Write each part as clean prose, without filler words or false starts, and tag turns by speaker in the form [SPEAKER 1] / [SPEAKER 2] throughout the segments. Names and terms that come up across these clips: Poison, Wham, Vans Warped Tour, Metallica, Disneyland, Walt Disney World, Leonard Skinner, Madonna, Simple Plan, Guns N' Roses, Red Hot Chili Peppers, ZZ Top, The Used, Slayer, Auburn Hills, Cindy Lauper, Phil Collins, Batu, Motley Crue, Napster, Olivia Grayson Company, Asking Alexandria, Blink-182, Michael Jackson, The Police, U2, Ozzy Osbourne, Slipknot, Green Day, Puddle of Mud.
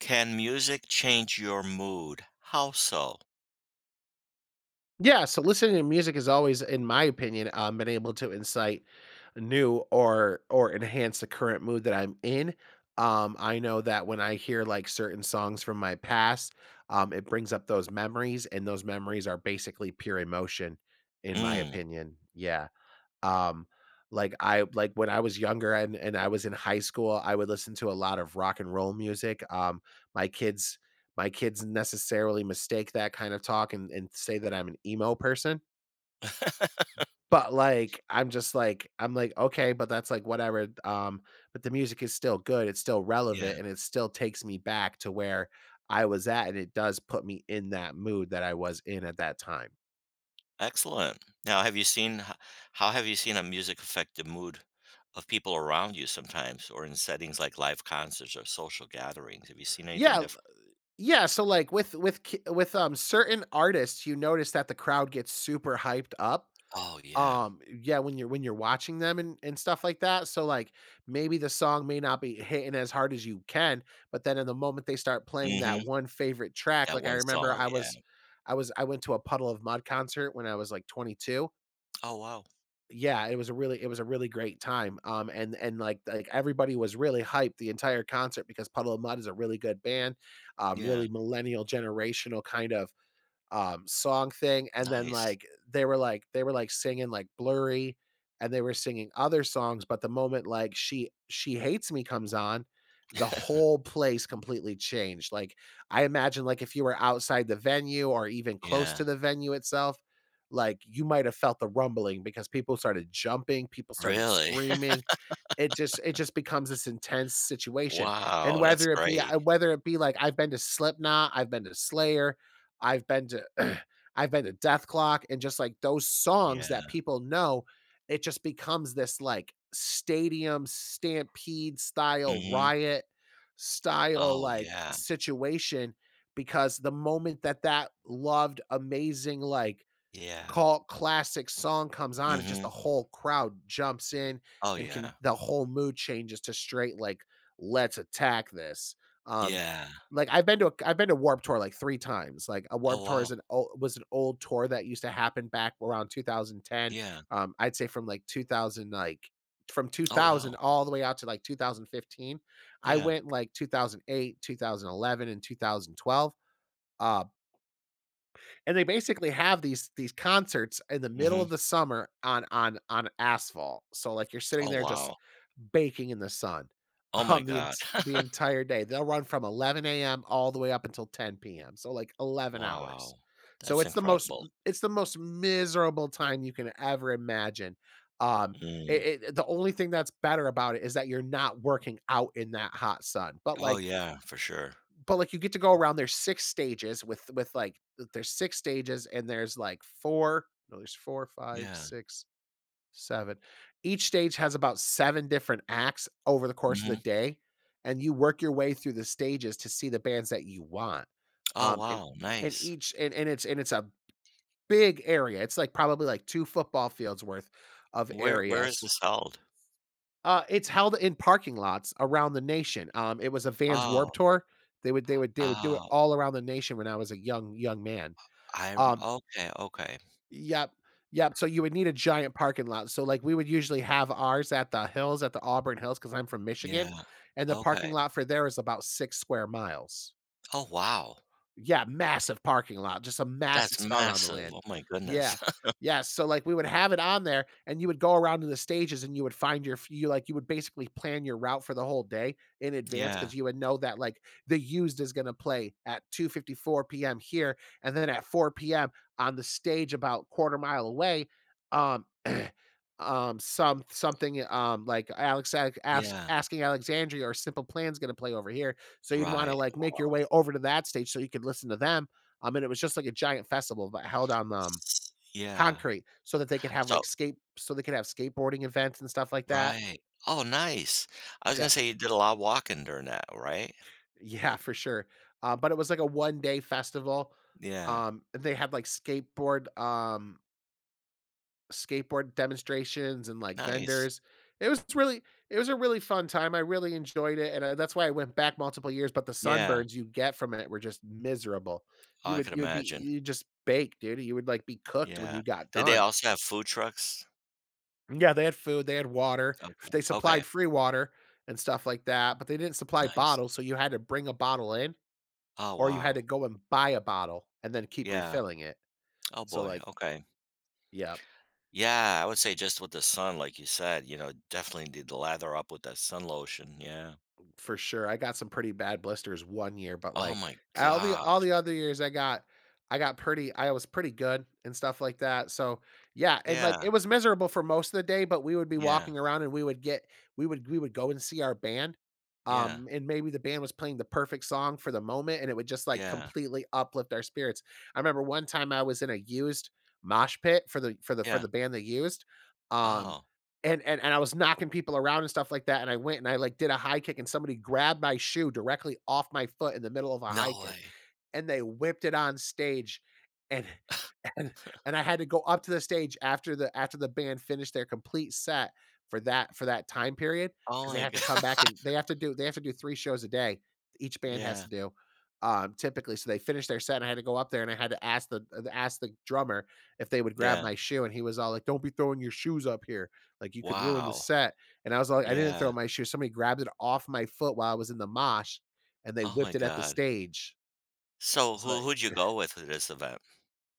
[SPEAKER 1] Can music change your mood? How so?
[SPEAKER 2] Yeah, so listening to music has always, in my opinion, been able to incite new or enhance the current mood that I'm in. I know that when I hear like certain songs from my past, it brings up those memories, and those memories are basically pure emotion, in my
[SPEAKER 1] Mm.
[SPEAKER 2] opinion. Yeah. Um, like when I was younger and I was in high school, I would listen to a lot of rock and roll music. My kids my kids necessarily mistake that kind of talk and say that I'm an emo person. But I'm like okay, but that's like whatever. But the music is still good. It's still
[SPEAKER 1] Yeah,
[SPEAKER 2] relevant, and it still takes me back to where I was at, and it does put me in that mood that I was in at that time.
[SPEAKER 1] excellent. Now have you seen h how have you seen a music affect the mood of people around you sometimes or in settings like live concerts or social gatherings? Have you seen anything
[SPEAKER 2] Yeah,
[SPEAKER 1] different?
[SPEAKER 2] Yeah, so, like, with certain artists, you notice that the crowd gets super hyped up,
[SPEAKER 1] Oh, yeah.
[SPEAKER 2] yeah, when you're watching them and stuff like that, so, like, maybe the song may not be hitting as hard as you can, but then in the moment they start playing that
[SPEAKER 1] Mhm.
[SPEAKER 2] one favorite track,
[SPEAKER 1] That
[SPEAKER 2] like, I
[SPEAKER 1] one
[SPEAKER 2] remember
[SPEAKER 1] song,
[SPEAKER 2] I was
[SPEAKER 1] yeah.
[SPEAKER 2] I was I went to a Puddle of Mud concert when I was, like, 22,
[SPEAKER 1] Oh, wow.
[SPEAKER 2] yeah, it was a really great time, and everybody was really hyped the entire concert because Puddle of Mud is a really good band,
[SPEAKER 1] Yeah.
[SPEAKER 2] really millennial, generational kind of, song thing, and then
[SPEAKER 1] Nice.
[SPEAKER 2] they were like singing like Blurry, and they were singing other songs, but the moment she hates me comes on, the whole place completely changed. I imagine like if you were outside the venue or even close to
[SPEAKER 1] Yeah.
[SPEAKER 2] the venue itself, like you might have felt the rumbling because people started jumping, people started
[SPEAKER 1] Really?
[SPEAKER 2] screaming. It just becomes this intense situation, and
[SPEAKER 1] Wow, that's great.
[SPEAKER 2] whether it be like I've been to Slipknot, I've been to Slayer, I've been to I've been to Death Clock, and just like those songs
[SPEAKER 1] Yeah.
[SPEAKER 2] that people know, it just becomes this like stadium stampede style
[SPEAKER 1] Mhm.
[SPEAKER 2] riot style
[SPEAKER 1] Oh,
[SPEAKER 2] like
[SPEAKER 1] yeah.
[SPEAKER 2] situation, because the moment that that loved amazing like
[SPEAKER 1] Yeah.
[SPEAKER 2] Call classic song comes on, and just the
[SPEAKER 1] Mhm.
[SPEAKER 2] whole crowd jumps in,
[SPEAKER 1] Oh,
[SPEAKER 2] and
[SPEAKER 1] yeah.
[SPEAKER 2] can the whole mood changes to straight like let's attack this. Um
[SPEAKER 1] Yeah.
[SPEAKER 2] I've been to Warp Tour like 3 times. Like a Warp
[SPEAKER 1] Oh,
[SPEAKER 2] Tour
[SPEAKER 1] wow.
[SPEAKER 2] is an old, was an old tour that used to happen back around 2010.
[SPEAKER 1] Yeah.
[SPEAKER 2] I'd say from like 2000 like from
[SPEAKER 1] Oh, wow.
[SPEAKER 2] 2000 all the way out to like 2015. I
[SPEAKER 1] Yeah.
[SPEAKER 2] went like 2008, 2011 and 2012. Um and they basically have these concerts in the middle
[SPEAKER 1] Mhm.
[SPEAKER 2] of the summer on on asphalt. So like you're sitting
[SPEAKER 1] Oh,
[SPEAKER 2] there just
[SPEAKER 1] wow.
[SPEAKER 2] baking in the sun.
[SPEAKER 1] Oh my
[SPEAKER 2] um the en-
[SPEAKER 1] god.
[SPEAKER 2] the entire day. They'll run from 11 a.m. all the way up until 10 p.m. So like 11 hours.
[SPEAKER 1] Wow.
[SPEAKER 2] So
[SPEAKER 1] That's incredible.
[SPEAKER 2] it's the most miserable time you can ever imagine. Um,
[SPEAKER 1] Mm.
[SPEAKER 2] the only thing that's better about it is that you're not working out in that hot sun.
[SPEAKER 1] Oh, yeah, for sure.
[SPEAKER 2] But like you get to go around, there's six stages, and there's like four no there's four five
[SPEAKER 1] Yeah.
[SPEAKER 2] six seven each stage has about seven different acts over the course of the
[SPEAKER 1] Mhm.
[SPEAKER 2] day, and you work your way through the stages to see the bands that you want.
[SPEAKER 1] Oh,
[SPEAKER 2] um and
[SPEAKER 1] wow, nice.
[SPEAKER 2] and it's a big area, it's like probably like two football fields worth of
[SPEAKER 1] Where is
[SPEAKER 2] areas.
[SPEAKER 1] this held?
[SPEAKER 2] Uh, it's held in parking lots around the nation. It was a Vans Warped
[SPEAKER 1] Oh,
[SPEAKER 2] Tour. They would they would do it
[SPEAKER 1] oh,
[SPEAKER 2] all around the nation when I was a young man.
[SPEAKER 1] I'm
[SPEAKER 2] Um,
[SPEAKER 1] okay, okay.
[SPEAKER 2] yep, yep. So you would need a giant parking lot. So like we would usually have ours at the hills at the Auburn Hills because I'm from Michigan,
[SPEAKER 1] Yeah,
[SPEAKER 2] and the parking
[SPEAKER 1] okay.
[SPEAKER 2] lot for there is about six square miles.
[SPEAKER 1] Oh, wow.
[SPEAKER 2] Yeah, massive parking lot, just a massive
[SPEAKER 1] That's
[SPEAKER 2] scar on the
[SPEAKER 1] massive.
[SPEAKER 2] land.
[SPEAKER 1] Oh my
[SPEAKER 2] Yeah.
[SPEAKER 1] goodness.
[SPEAKER 2] Yeah, so, like, we would have it on there, and you would go around to the stages, and you would find your f you like, you would basically plan your route for the whole day in advance,
[SPEAKER 1] Yeah,
[SPEAKER 2] because you would know that, like, The Used is gonna play at 2:54 PM here, and then at 4 PM on the stage about quarter mile away, um, something, like, Alex Alex
[SPEAKER 1] yeah.
[SPEAKER 2] Asking Alexandria or Simple Plan's gonna play over here, so you'd want to
[SPEAKER 1] Right.
[SPEAKER 2] like make
[SPEAKER 1] Wow.
[SPEAKER 2] your way over to that stage so you could listen to them. And it was just like a giant festival, but held on
[SPEAKER 1] S Yeah.
[SPEAKER 2] concrete so that they could have
[SPEAKER 1] So
[SPEAKER 2] skateboarding events and stuff like that.
[SPEAKER 1] right. Oh, nice. I was gonna
[SPEAKER 2] Yep.
[SPEAKER 1] say you did a lot of walking during that, right?
[SPEAKER 2] Yeah, for sure. But it was like a one day festival.
[SPEAKER 1] Yeah,
[SPEAKER 2] And they had like skateboard demonstrations and, like,
[SPEAKER 1] nice.
[SPEAKER 2] vendors. It was really it was a really fun time, I really enjoyed it, and, that's why I went back multiple years, but the
[SPEAKER 1] Yeah,
[SPEAKER 2] sunburns you get from it were just miserable.
[SPEAKER 1] I could
[SPEAKER 2] You would be
[SPEAKER 1] imagine.
[SPEAKER 2] you just bake, dude, you would, like, be cooked when
[SPEAKER 1] Yeah.
[SPEAKER 2] you got
[SPEAKER 1] Did they
[SPEAKER 2] done.
[SPEAKER 1] also have food trucks?
[SPEAKER 2] Yeah, they had food, they had water,
[SPEAKER 1] Okay,
[SPEAKER 2] f they
[SPEAKER 1] okay,
[SPEAKER 2] supplied free water and stuff like that, but they didn't supply
[SPEAKER 1] nice.
[SPEAKER 2] bottles, so you had to bring a bottle in,
[SPEAKER 1] Oh,
[SPEAKER 2] or you had
[SPEAKER 1] wow.
[SPEAKER 2] to go and buy a bottle and then keep
[SPEAKER 1] Yeah.
[SPEAKER 2] refilling it.
[SPEAKER 1] Oh,
[SPEAKER 2] So,
[SPEAKER 1] boy,
[SPEAKER 2] like.
[SPEAKER 1] okay.
[SPEAKER 2] Yep.
[SPEAKER 1] Yeah, I would say just with the sun, like you said, definitely need to lather up with that sun lotion, yeah.
[SPEAKER 2] For sure. I got some pretty bad blisters one year, but
[SPEAKER 1] Oh
[SPEAKER 2] like
[SPEAKER 1] my god.
[SPEAKER 2] all the other years I got pretty I was pretty good and stuff like that. So, yeah, and like
[SPEAKER 1] Yeah,
[SPEAKER 2] it was miserable for most of the day, but we would be
[SPEAKER 1] yeah,
[SPEAKER 2] walking around, and we would get we would go and see our band.
[SPEAKER 1] yeah,
[SPEAKER 2] And maybe the band was playing the perfect song for the moment, and it would just like
[SPEAKER 1] yeah,
[SPEAKER 2] completely uplift our spirits. I remember one time I was in a used mosh pit for the for
[SPEAKER 1] yeah.
[SPEAKER 2] the band they used. Um
[SPEAKER 1] Oh,
[SPEAKER 2] and I was knocking people around and stuff like that, and I went and I, like, did a high kick, and somebody grabbed my shoe directly off my foot in the middle of a high
[SPEAKER 1] no
[SPEAKER 2] kick,
[SPEAKER 1] way.
[SPEAKER 2] and they whipped it on stage, and and and I had to go up to the stage after the band finished their complete set for that time period,
[SPEAKER 1] Oh
[SPEAKER 2] because they
[SPEAKER 1] my
[SPEAKER 2] have to come
[SPEAKER 1] god.
[SPEAKER 2] back, and they have to do they have to do 3 shows a day, each band has
[SPEAKER 1] Yeah,
[SPEAKER 2] to do, typically, so they finished their set, and I had to go up there, and I had to ask the drummer if they would grab
[SPEAKER 1] yeah.
[SPEAKER 2] my shoe, and he was all like, "Don't be throwing your shoes up here, like, you could ruin the
[SPEAKER 1] Wow.
[SPEAKER 2] set," and I was like, "I didn't throw
[SPEAKER 1] Yeah.
[SPEAKER 2] my shoe, somebody grabbed it off my foot while I was in the mosh, and they
[SPEAKER 1] Oh my
[SPEAKER 2] whipped it at the
[SPEAKER 1] god.
[SPEAKER 2] stage."
[SPEAKER 1] So
[SPEAKER 2] It's
[SPEAKER 1] who
[SPEAKER 2] like,
[SPEAKER 1] who'd you go with to this event?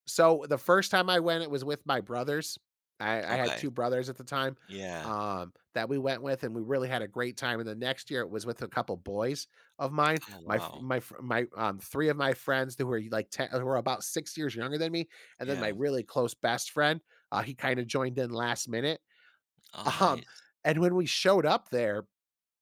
[SPEAKER 2] so the first time I went, it was with my brothers. I had
[SPEAKER 1] Okay.
[SPEAKER 2] two brothers at the time
[SPEAKER 1] Yeah.
[SPEAKER 2] that we went with, and we really had a great time. And the next year, it was with a couple boys of mine.
[SPEAKER 1] Oh,
[SPEAKER 2] My f-
[SPEAKER 1] wow.
[SPEAKER 2] my fr- my three of my friends who were like ten, who were about 6 years younger than me, and then my
[SPEAKER 1] Yeah.
[SPEAKER 2] really close best friend. He kind of joined in last minute.
[SPEAKER 1] Oh,
[SPEAKER 2] Um,
[SPEAKER 1] nice.
[SPEAKER 2] and when we showed up there,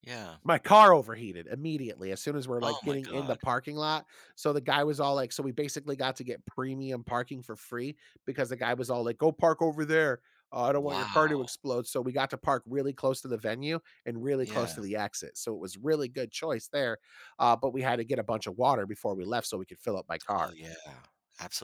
[SPEAKER 1] Yeah.
[SPEAKER 2] my car overheated immediately as soon as we're
[SPEAKER 1] Oh
[SPEAKER 2] like
[SPEAKER 1] my
[SPEAKER 2] getting in the
[SPEAKER 1] God.
[SPEAKER 2] parking lot. So the guy was all like, so we basically got to get premium parking for free, because the guy was all like, go park over there. I don't want your car to
[SPEAKER 1] Wow.
[SPEAKER 2] explode. So we got to park really close to the venue and really close
[SPEAKER 1] Yeah.
[SPEAKER 2] to the exit. So it was really good choice there. But we had to get a bunch of water before we left so we could fill up my
[SPEAKER 1] Oh,
[SPEAKER 2] car.
[SPEAKER 1] yeah.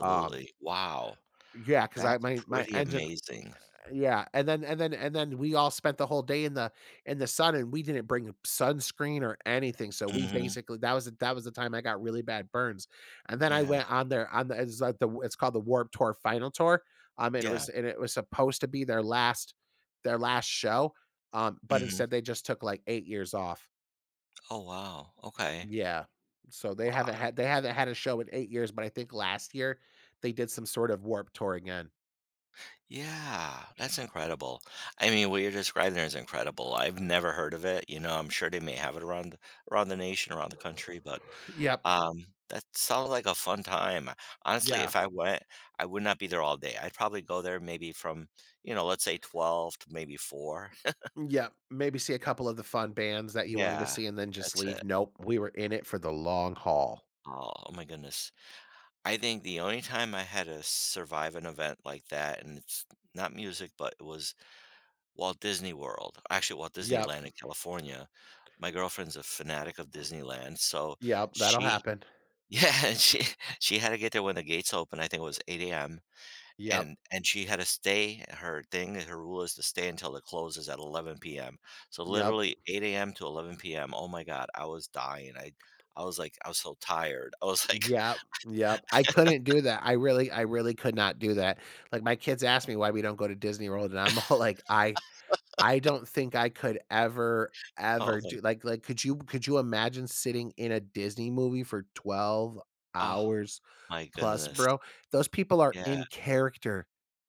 [SPEAKER 2] Um,
[SPEAKER 1] Wow.
[SPEAKER 2] yeah, because I
[SPEAKER 1] That's
[SPEAKER 2] my my
[SPEAKER 1] pretty
[SPEAKER 2] engine.
[SPEAKER 1] amazing.
[SPEAKER 2] Yeah, and then and then we all spent the whole day in the sun, and we didn't bring sunscreen or anything. So we
[SPEAKER 1] Mhm.
[SPEAKER 2] basically that was the time I got really bad burns. And then I
[SPEAKER 1] Yeah.
[SPEAKER 2] went on there on the it's called the Warp Tour Final Tour. Um, and it
[SPEAKER 1] Yeah.
[SPEAKER 2] was and it was supposed to be their last show. But
[SPEAKER 1] Mhm.
[SPEAKER 2] instead they just took like 8 years off.
[SPEAKER 1] Oh, wow. Okay.
[SPEAKER 2] Yeah. So they haven't
[SPEAKER 1] Wow.
[SPEAKER 2] had they haven't had a show in 8 years, but I think last year they did some sort of Warp Tour again.
[SPEAKER 1] Yeah, that's incredible. I mean, what you're describing there is incredible. I've never heard of it. You know, I'm sure they may have it around the nation, around the country, but
[SPEAKER 2] Yep.
[SPEAKER 1] um, that sounds like a fun time. Honestly,
[SPEAKER 2] Yeah.
[SPEAKER 1] if I went, I would not be there all day. I'd probably go there maybe from, let's say 12 to maybe 4.
[SPEAKER 2] Yeah, maybe see a couple of the fun bands that you wanted to
[SPEAKER 1] Yeah,
[SPEAKER 2] see and then just
[SPEAKER 1] that's it.
[SPEAKER 2] leave. Nope, we were in it for the long haul.
[SPEAKER 1] Oh, oh my goodness. I think the only time I had to survive an event like that, and it's not music, but it was Walt Disney World, actually Walt
[SPEAKER 2] Yep,
[SPEAKER 1] Disneyland in California. My girlfriend's a fanatic of Disneyland, so
[SPEAKER 2] yep, that'll
[SPEAKER 1] she
[SPEAKER 2] happen.
[SPEAKER 1] yeah, and she had to get there when the gates opened, I think it was 8 a.m.,
[SPEAKER 2] Yep,
[SPEAKER 1] and she had to stay. Her thing, her rule is to stay until it closes at 11 PM. So
[SPEAKER 2] yep,
[SPEAKER 1] literally 8 a.m. to 11 p.m., oh my god, I was dying, I was like I was so tired. I was like,
[SPEAKER 2] yep, yep. I couldn't do that. I really could not do that. Like my kids ask me why we don't go to Disney World, and I'm all like, I don't think I could ever,
[SPEAKER 1] "Oh
[SPEAKER 2] ever
[SPEAKER 1] my
[SPEAKER 2] do like, could you imagine sitting in a Disney movie for 12
[SPEAKER 1] oh
[SPEAKER 2] hours
[SPEAKER 1] my
[SPEAKER 2] plus,
[SPEAKER 1] goodness."
[SPEAKER 2] bro? Those people are
[SPEAKER 1] Yeah,
[SPEAKER 2] in character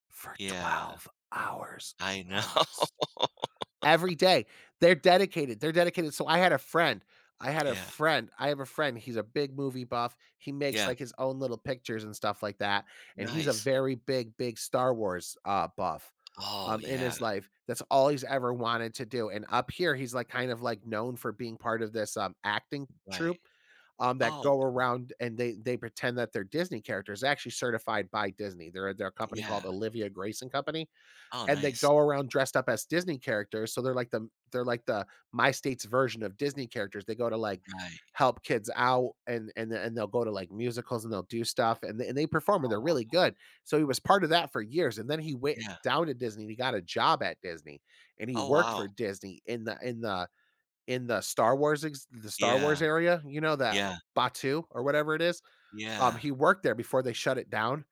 [SPEAKER 2] for
[SPEAKER 1] yeah,
[SPEAKER 2] 12 hours
[SPEAKER 1] I know.
[SPEAKER 2] plus every day. They're dedicated. They're dedicated. So I had a friend. I had a
[SPEAKER 1] Yeah,
[SPEAKER 2] friend. I have a friend. He's a big movie buff. He makes
[SPEAKER 1] yeah,
[SPEAKER 2] like his own little pictures and stuff like that. And he's a
[SPEAKER 1] nice.
[SPEAKER 2] very big, big Star Wars buff
[SPEAKER 1] Oh,
[SPEAKER 2] in
[SPEAKER 1] yeah,
[SPEAKER 2] his life. That's all he's ever wanted to do. And up here, he's like kind of like known for being part of this acting
[SPEAKER 1] right.
[SPEAKER 2] troupe that
[SPEAKER 1] Oh,
[SPEAKER 2] go around and they pretend that they're Disney characters. They're actually certified by Disney. They're a company
[SPEAKER 1] yeah.
[SPEAKER 2] called Olivia Grayson Company,
[SPEAKER 1] Oh,
[SPEAKER 2] and they
[SPEAKER 1] nice.
[SPEAKER 2] go around dressed up as Disney characters. So they're like the my state's version of Disney characters. They go to like
[SPEAKER 1] Right.
[SPEAKER 2] help kids out and and they'll go to like musicals and they'll do stuff and they perform and
[SPEAKER 1] Oh,
[SPEAKER 2] they're really
[SPEAKER 1] wow.
[SPEAKER 2] good. So he was part of that for years and then he went
[SPEAKER 1] Yeah.
[SPEAKER 2] down to Disney and he got a job at Disney and he
[SPEAKER 1] Oh,
[SPEAKER 2] worked
[SPEAKER 1] wow.
[SPEAKER 2] for Disney in the in the in the the Star Wars
[SPEAKER 1] Yeah.
[SPEAKER 2] area, you know that
[SPEAKER 1] Yeah.
[SPEAKER 2] Batu or whatever it is.
[SPEAKER 1] Yeah.
[SPEAKER 2] He worked there before they shut it down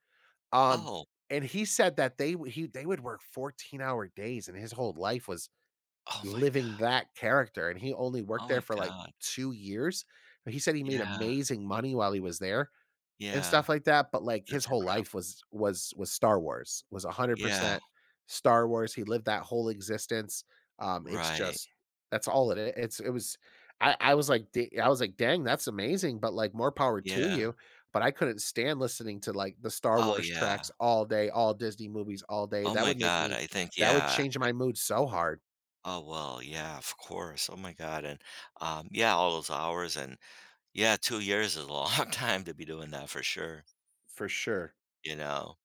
[SPEAKER 2] um,
[SPEAKER 1] Oh.
[SPEAKER 2] and he said that they w he they would work 14-hour days, and his whole life was
[SPEAKER 1] Oh my
[SPEAKER 2] living
[SPEAKER 1] god.
[SPEAKER 2] that character, and he only
[SPEAKER 1] Oh
[SPEAKER 2] worked there
[SPEAKER 1] my
[SPEAKER 2] for, like,
[SPEAKER 1] god.
[SPEAKER 2] 2 years, but he said he made
[SPEAKER 1] Yeah.
[SPEAKER 2] amazing money while he was there, and
[SPEAKER 1] Yeah.
[SPEAKER 2] stuff like that, but, like, his
[SPEAKER 1] That's
[SPEAKER 2] whole
[SPEAKER 1] incredible.
[SPEAKER 2] life was Star Wars, was
[SPEAKER 1] Yeah.
[SPEAKER 2] 100% Star Wars. He lived that whole existence, it's
[SPEAKER 1] Right.
[SPEAKER 2] just that's all it is. It's it was I was like, "Da," I was like, "Dang, that's amazing, but, like, more power to
[SPEAKER 1] Yeah.
[SPEAKER 2] you," but I couldn't stand listening to, like, the Star
[SPEAKER 1] Oh,
[SPEAKER 2] Wars
[SPEAKER 1] yeah.
[SPEAKER 2] tracks all day, all Disney movies all day.
[SPEAKER 1] Oh
[SPEAKER 2] That
[SPEAKER 1] my
[SPEAKER 2] would make
[SPEAKER 1] god.
[SPEAKER 2] me
[SPEAKER 1] I think,
[SPEAKER 2] that would
[SPEAKER 1] yeah.
[SPEAKER 2] change my mood so hard.
[SPEAKER 1] Oh, well, yeah, of course. Oh my god. And, yeah, all those hours and yeah, 2 years is a long time to be doing that for sure,
[SPEAKER 2] For sure.
[SPEAKER 1] you know?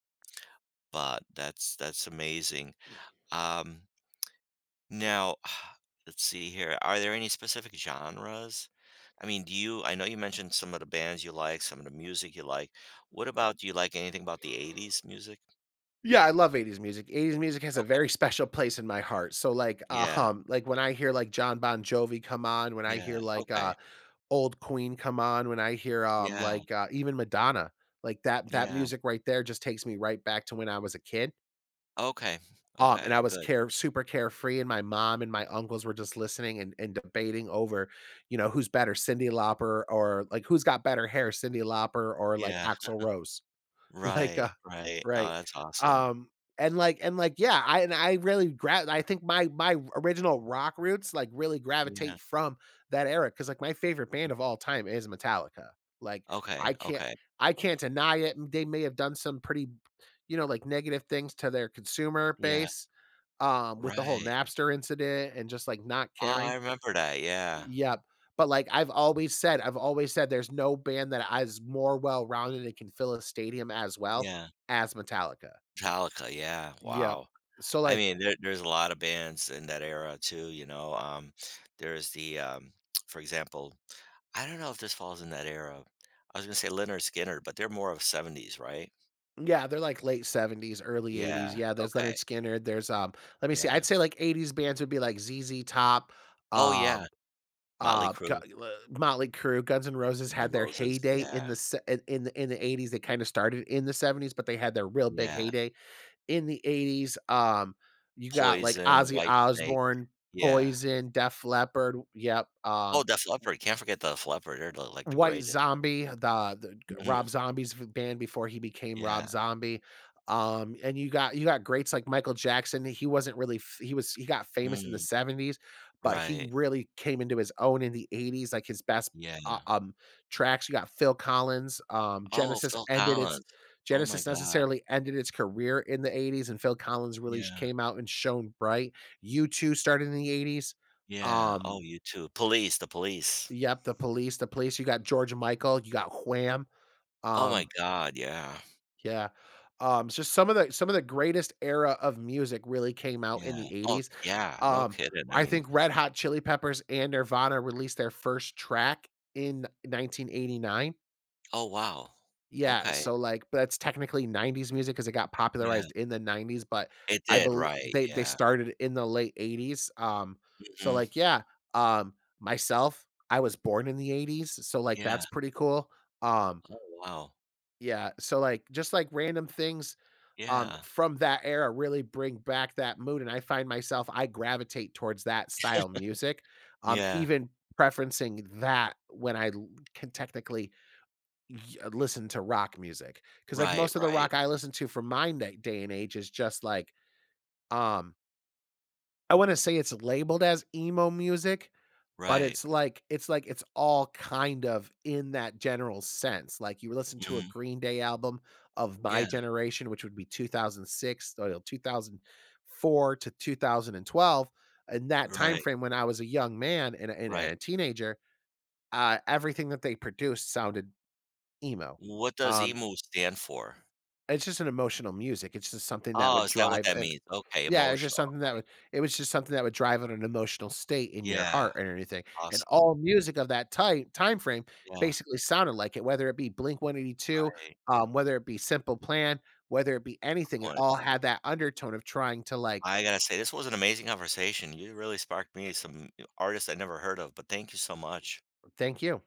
[SPEAKER 1] But that's amazing. Um, now, let's see here. Are there any specific genres? I mean, do you. I know you mentioned some of the bands you like, some of the music you like. What about, do you like anything about the 80s music?
[SPEAKER 2] Yeah, I love '80s music. '80s music has a
[SPEAKER 1] Okay.
[SPEAKER 2] very special place in my heart. So
[SPEAKER 1] Yeah.
[SPEAKER 2] like when I hear like John Bon Jovi come on, when I
[SPEAKER 1] Yeah.
[SPEAKER 2] hear like
[SPEAKER 1] Okay.
[SPEAKER 2] old Queen come on, when I hear
[SPEAKER 1] Yeah.
[SPEAKER 2] even Madonna, like that
[SPEAKER 1] Yeah.
[SPEAKER 2] music right there just takes me right back to when I was a kid.
[SPEAKER 1] Okay.
[SPEAKER 2] And I
[SPEAKER 1] Okay.
[SPEAKER 2] was
[SPEAKER 1] Good.
[SPEAKER 2] care super carefree, and my mom and my uncles were just listening and debating over, you know, who's better, Cindy Lauper, or like who's got better hair, Cindy Lauper or like
[SPEAKER 1] Yeah.
[SPEAKER 2] Axl Rose. Like,
[SPEAKER 1] Right. Right. Oh,
[SPEAKER 2] right.
[SPEAKER 1] that's awesome.
[SPEAKER 2] Um, yeah, I really gra I think my my original rock roots, like, really
[SPEAKER 1] Yeah.
[SPEAKER 2] gravitate from that era. Cause like, my favorite band of all time is Metallica. Like,
[SPEAKER 1] Okay.
[SPEAKER 2] I can't
[SPEAKER 1] Okay.
[SPEAKER 2] I can't deny it, and they may have done some pretty, you know, like, negative things to their consumer
[SPEAKER 1] Yeah.
[SPEAKER 2] base, with the whole
[SPEAKER 1] Right.
[SPEAKER 2] Napster incident and just, like, not
[SPEAKER 1] Oh, I
[SPEAKER 2] caring.
[SPEAKER 1] remember that. Yeah.
[SPEAKER 2] Yep. But like I've always said there's no band that is more well-rounded and can fill a stadium as well
[SPEAKER 1] Yeah.
[SPEAKER 2] as Metallica.
[SPEAKER 1] Metallica. Yeah.
[SPEAKER 2] Yep.
[SPEAKER 1] Wow.
[SPEAKER 2] So
[SPEAKER 1] I
[SPEAKER 2] like
[SPEAKER 1] mean, there's a lot of bands in that era too. You know, there's the, for example, I don't know if this falls in that era. I was gonna say Leonard Skinner, but they're more of '70s, right?
[SPEAKER 2] yeah, they're like late '70s, early '80s.
[SPEAKER 1] Yeah.
[SPEAKER 2] Yeah, there's
[SPEAKER 1] Okay.
[SPEAKER 2] Leonard Skinner, there's, let me see,
[SPEAKER 1] Yeah.
[SPEAKER 2] I'd say like '80s bands would be like ZZ Top,
[SPEAKER 1] Oh yeah.
[SPEAKER 2] um,
[SPEAKER 1] Motley
[SPEAKER 2] Gu
[SPEAKER 1] Crue,
[SPEAKER 2] Motley Crue. Guns N' Roses
[SPEAKER 1] The
[SPEAKER 2] had their
[SPEAKER 1] Roses.
[SPEAKER 2] heyday
[SPEAKER 1] Yeah.
[SPEAKER 2] in the se in the '80s. They kinda started in the '70s, but they had their real big
[SPEAKER 1] Yeah.
[SPEAKER 2] heyday in the '80s. You got, like,
[SPEAKER 1] Poison,
[SPEAKER 2] Ozzy
[SPEAKER 1] White Snake.
[SPEAKER 2] Osbourne,
[SPEAKER 1] Yeah.
[SPEAKER 2] Poison, Def Leppard, yep,
[SPEAKER 1] Oh, Def Leppard. Can't forget the Def Leppard. They're the, like the
[SPEAKER 2] White
[SPEAKER 1] greatest.
[SPEAKER 2] Zombie, the Rob
[SPEAKER 1] Hmm.
[SPEAKER 2] Zombie's band before he became Rob
[SPEAKER 1] Yeah.
[SPEAKER 2] Zombie, and you got greats like Michael Jackson. He wasn't really f He was he got famous in the
[SPEAKER 1] Mm.
[SPEAKER 2] '70s, but he
[SPEAKER 1] Right.
[SPEAKER 2] really came into his own in the '80s, like, his best,
[SPEAKER 1] Yeah.
[SPEAKER 2] uh, um, tracks. You got Phil Collins,
[SPEAKER 1] Oh, Phil Collins. Oh my
[SPEAKER 2] Genesis
[SPEAKER 1] God.
[SPEAKER 2] necessarily ended its career in the '80s, and Phil Collins really sh
[SPEAKER 1] Yeah.
[SPEAKER 2] came out and shone bright. U2 started in the '80s.
[SPEAKER 1] Yeah. Oh,
[SPEAKER 2] um
[SPEAKER 1] you too. Police, the police.
[SPEAKER 2] Yep, The Police, The Police, you got George Michael, you got Wham,
[SPEAKER 1] Oh my
[SPEAKER 2] um,
[SPEAKER 1] god, yeah.
[SPEAKER 2] yeah, it's just some of the greatest era of music really came out in
[SPEAKER 1] Yeah.
[SPEAKER 2] the
[SPEAKER 1] Oh,
[SPEAKER 2] '80s.
[SPEAKER 1] yeah, no
[SPEAKER 2] um,
[SPEAKER 1] kidding. I
[SPEAKER 2] I
[SPEAKER 1] mean
[SPEAKER 2] think Red Hot Chili Peppers and Nirvana released their first track in 1989.
[SPEAKER 1] oh, wow.
[SPEAKER 2] Yeah,
[SPEAKER 1] Okay.
[SPEAKER 2] so, like, but it's technically '90s music because it got
[SPEAKER 1] Yeah.
[SPEAKER 2] popularized in the '90s, but
[SPEAKER 1] It
[SPEAKER 2] I
[SPEAKER 1] did,
[SPEAKER 2] believe
[SPEAKER 1] right,
[SPEAKER 2] they
[SPEAKER 1] yeah.
[SPEAKER 2] started in the late '80s, so,
[SPEAKER 1] Mhm.
[SPEAKER 2] like, yeah, myself, I was born in the '80s, so, like,
[SPEAKER 1] Yeah.
[SPEAKER 2] that's pretty cool, um,
[SPEAKER 1] Oh, wow.
[SPEAKER 2] yeah, so, like, just, like, random things,
[SPEAKER 1] Yeah.
[SPEAKER 2] from that era really bring back that mood, and I find myself I gravitate towards that style music,
[SPEAKER 1] Yeah.
[SPEAKER 2] even preferencing that when I l can technically Y listen to rock music because, like,
[SPEAKER 1] Right,
[SPEAKER 2] most of the
[SPEAKER 1] right,
[SPEAKER 2] rock I listen to from my na day and age is just, like, um, I wanna say it's labeled as emo music, but
[SPEAKER 1] right.
[SPEAKER 2] it's, like, it's all kind of in that general sense. Like, you listen to a
[SPEAKER 1] Mhm.
[SPEAKER 2] Green Day album of my
[SPEAKER 1] Yeah.
[SPEAKER 2] generation, which would be 2006, or 2004 to 2012, in that time
[SPEAKER 1] Right,
[SPEAKER 2] frame when I was a young man and a and a and
[SPEAKER 1] right.
[SPEAKER 2] a teenager, everything that they produced sounded emo.
[SPEAKER 1] What does
[SPEAKER 2] um,
[SPEAKER 1] emu stand for?
[SPEAKER 2] It's just an emotional music. It's just something that
[SPEAKER 1] Oh,
[SPEAKER 2] would
[SPEAKER 1] is that what
[SPEAKER 2] drive,
[SPEAKER 1] that
[SPEAKER 2] and
[SPEAKER 1] means? Okay,
[SPEAKER 2] yeah, it's just
[SPEAKER 1] emotional.
[SPEAKER 2] something that would it was just something that would drive on an emotional state in your
[SPEAKER 1] Yeah.
[SPEAKER 2] heart and anything, and
[SPEAKER 1] Awesome.
[SPEAKER 2] all music of that time frame
[SPEAKER 1] Yeah.
[SPEAKER 2] basically sounded like it, whether it be Blink-182,
[SPEAKER 1] Right.
[SPEAKER 2] whether it be Simple Plan, whether it be anything. It
[SPEAKER 1] Point.
[SPEAKER 2] all had that undertone of trying to, like,
[SPEAKER 1] I gotta say, this was an amazing conversation. You really sparked me some artists I never heard of, but thank you so much.
[SPEAKER 2] "Thank you."